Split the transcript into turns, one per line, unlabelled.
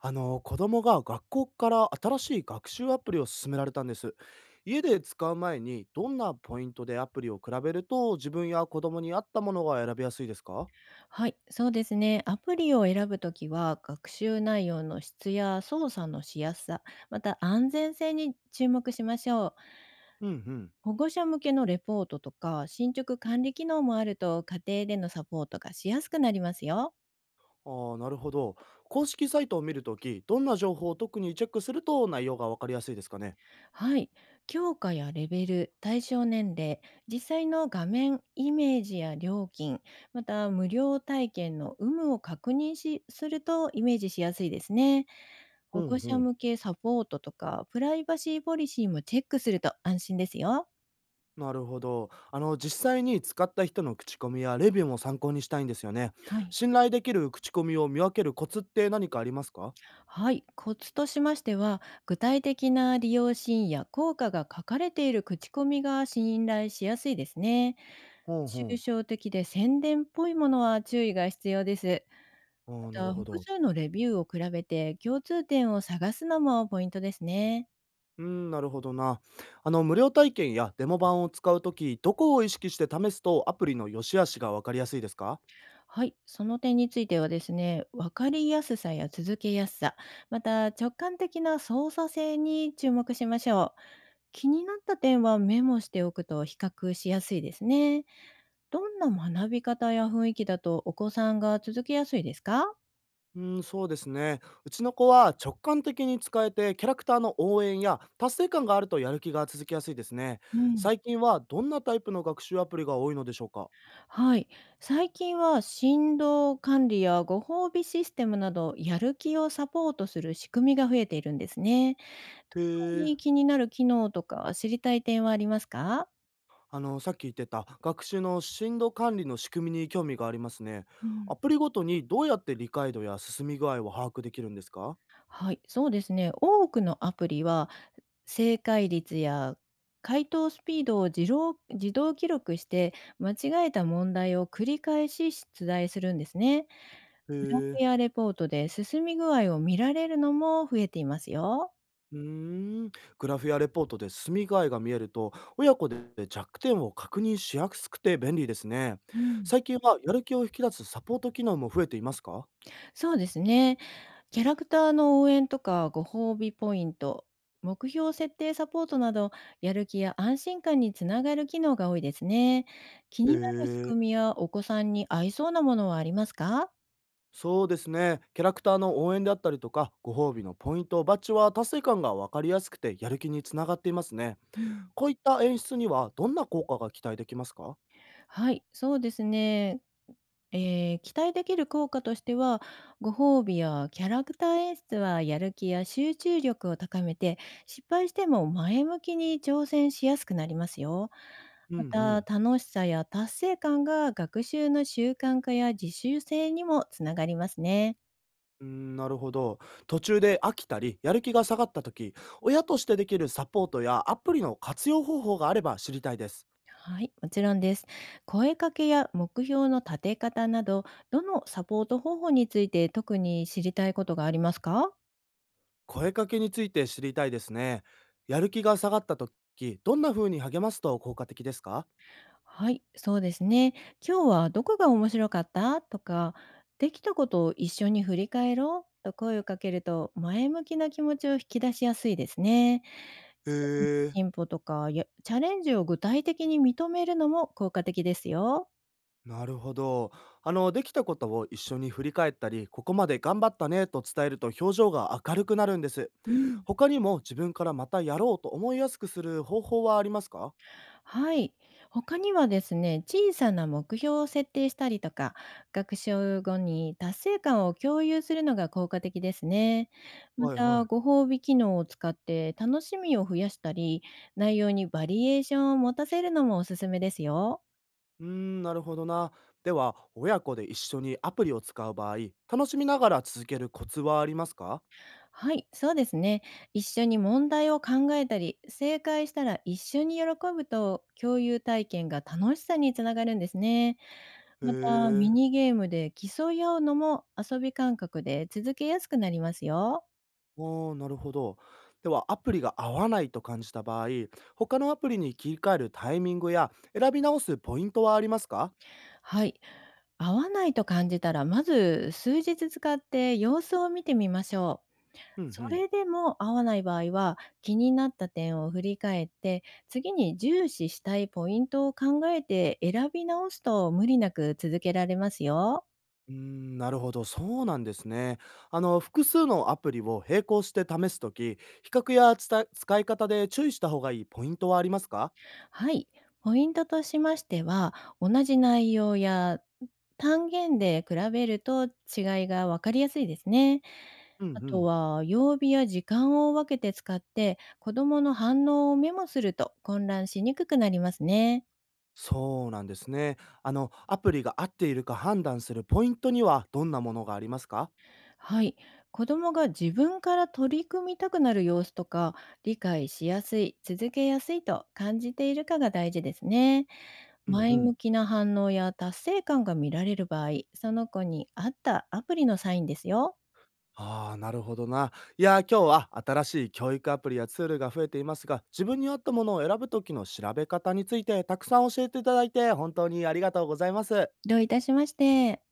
あの子供が学校から新しい学習アプリを勧められたんです。家で使う前にどんなポイントでアプリを比べると自分や子供に合ったものが選びやすいですか？
はい、そうですね。アプリを選ぶときは、学習内容の質や操作のしやすさ、また安全性に注目しましょう。
うんうん。
保護者向けのレポートとか、進捗管理機能もあると、家庭でのサポートがしやすくなりますよ。
ああー、なるほど。公式サイトを見るときどんな情報を特にチェックすると内容がわかりやすいですかね？
はい、強化やレベル、対象年齢、実際の画面、イメージや料金、また無料体験の有無を確認しするとイメージしやすいですね。
う
保護
んう
者
ん。
向けサポートとか、プライバシーポリシーもチェックすると安心ですよ。
なるほど。あの、実際に使った人の口コミやレビューも参考にしたいんですよね。
はい。
信頼できる口コミを見分けるコツって何かありますか？
はい、コツとしましては、具体的な利用シーンや効果が書かれている口コミが信頼しやすいですね。
うんうん。
抽象的で宣伝っぽいものは注意が必要です。
ああ
ま
ー、なる
た、
ほ
複
ど。
数のレビューを比べて共通点を探すのもポイントですね。
うーん、なるほどな。あの、無料体験やデモ版を使うとき、どこを意識して試すとアプリの良し悪しがわかりやすいですか？
はい、その点についてはですね、分かりやすさや続けやすさ、また直感的な操作性に注目しましょう。気になった点はメモしておくと比較しやすいですね。どんな学び方や雰囲気だとお子さんが続けやすいですか？
うーん、そうですね。うちの子は直感的に使えて、キャラクターの応援や達成感があるとやる気が続きやすいですね。
うん。
最近はどんなタイプの学習アプリが多いのでしょうか？
はい、最近は振動管理やご褒美システムなどやる気をサポートする仕組みが増えているんですね。特
へえ。
に気になる機能とか知りたい点はありますか？
あの、さっき言ってた学習の進度管理の仕組みに興味がありますね。
うん。
アプリごとにどうやって理解度や進み具合を把握できるんですか？
はい、そうですね。多くのアプリは正解率や回答スピードを自動記録して間違えた問題を繰り返し出題するんですね。
へ
グラ
え。
フやレポートで進み具合を見られるのも増えていますよ。
うーん、グラフやレポートで住みがいが見えると、親子で弱点を確認しやすくて便利ですね。
うん。
最近はやる気を引き出すサポート機能も増えていますか？
そうですね。キャラクターの応援とかご褒美ポイント、目標設定サポートなど、やる気や安心感につながる機能が多いですね。気
へ
になる仕
え、
組みやお子さんに合いそうなものはありますか？
そうですね。キャラクターの応援であったりとか、ご褒美のポイント、バッジは達成感が分かりやすくて、やる気につながっていますね。
うん、
こういった演出には、どんな効果が期待できますか？
はい、そうですね。期待できる効果としてはご褒美やキャラクター演出はやる気や集中力を高めて失敗しても前向きに挑戦しやすくなりますよ。
うんう
また
ん。
楽しさや達成感が学習の習慣化や自習性にもつながりますね。
うーん、なるほど。途中で飽きたり、やる気が下がった時、親としてできるサポートやアプリの活用方法があれば知りたいです。
はい、もちろんです。声かけや目標の立て方など、どのサポート方法について特に知りたいことがありますか？
声かけについて知りたいですね。やる気が下がった時、どんな風に励ますと効果的ですか？
はい、そうですね。今日はどこが面白かったとか、できたことを一緒に振り返ろうと声をかけると、前向きな気持ちを引き出しやすいですね。小さな
へえ、
進歩とかやチャレンジを具体的に認めるのも効果的ですよ。
なるほど。あの、できたことを一緒に振り返ったり、ここまで頑張ったねと伝えると表情が明るくなるんです。
うん。
他にも自分からまたやろうと思いやすくする方法はありますか？
はい。他にはですね、小さな目標を設定したりとか、学習後に達成感を共有するのが効果的ですね。ま
はいは
た、
い。
ご褒美機能を使って楽しみを増やしたり、内容にバリエーションを持たせるのもおすすめですよ。
うーん、なるほどな。では、親子で一緒にアプリを使う場合、楽しみながら続けるコツはありますか？
はい、そうですね。一緒に問題を考えたり、正解したら一緒に喜ぶと共有体験が楽しさにつながるんですね。
へ
また、ミ
え。
ニゲームで競い合うのも遊び感覚で続けやすくなりますよ。
あー、なるほど。では、アプリが合わないと感じた場合、他のアプリに切り替えるタイミングや選び直すポイントはありますか？
はい。合わないと感じたら、まず数日使って様子を見てみましょう。
うんう
そ
ん。
れでも合わない場合は、気になった点を振り返って、次に重視したいポイントを考えて選び直すと無理なく続けられますよ。
うーん、なるほど、そうなんですね。あの、複数のアプリを並行して試すとき、比較やつた使い方で注意した方がいいポイントはありますか？
はい、ポイントとしましては、同じ内容や単元で比べると違いが分かりやすいですね。
うんう
あと
ん。
は、曜日や時間を分けて使って、子どもの反応をメモすると混乱しにくくなりますね。
そうなんですね。あの、アプリが合っているか判断するポイントにはどんなものがありますか？
はい、子どもが自分から取り組みたくなる様子とか、理解しやすい、続けやすいと感じているかが大事ですね。
うんう
前向
ん。
きな反応や達成感が見られる場合、その子に合ったアプリのサインですよ。
ああ、なるほどな。いやー、今日は新しい教育アプリやツールが増えていますが、自分に合ったものを選ぶ時の調べ方についてたくさん教えていただいて、本当にありがとうございます。
どういたしまして。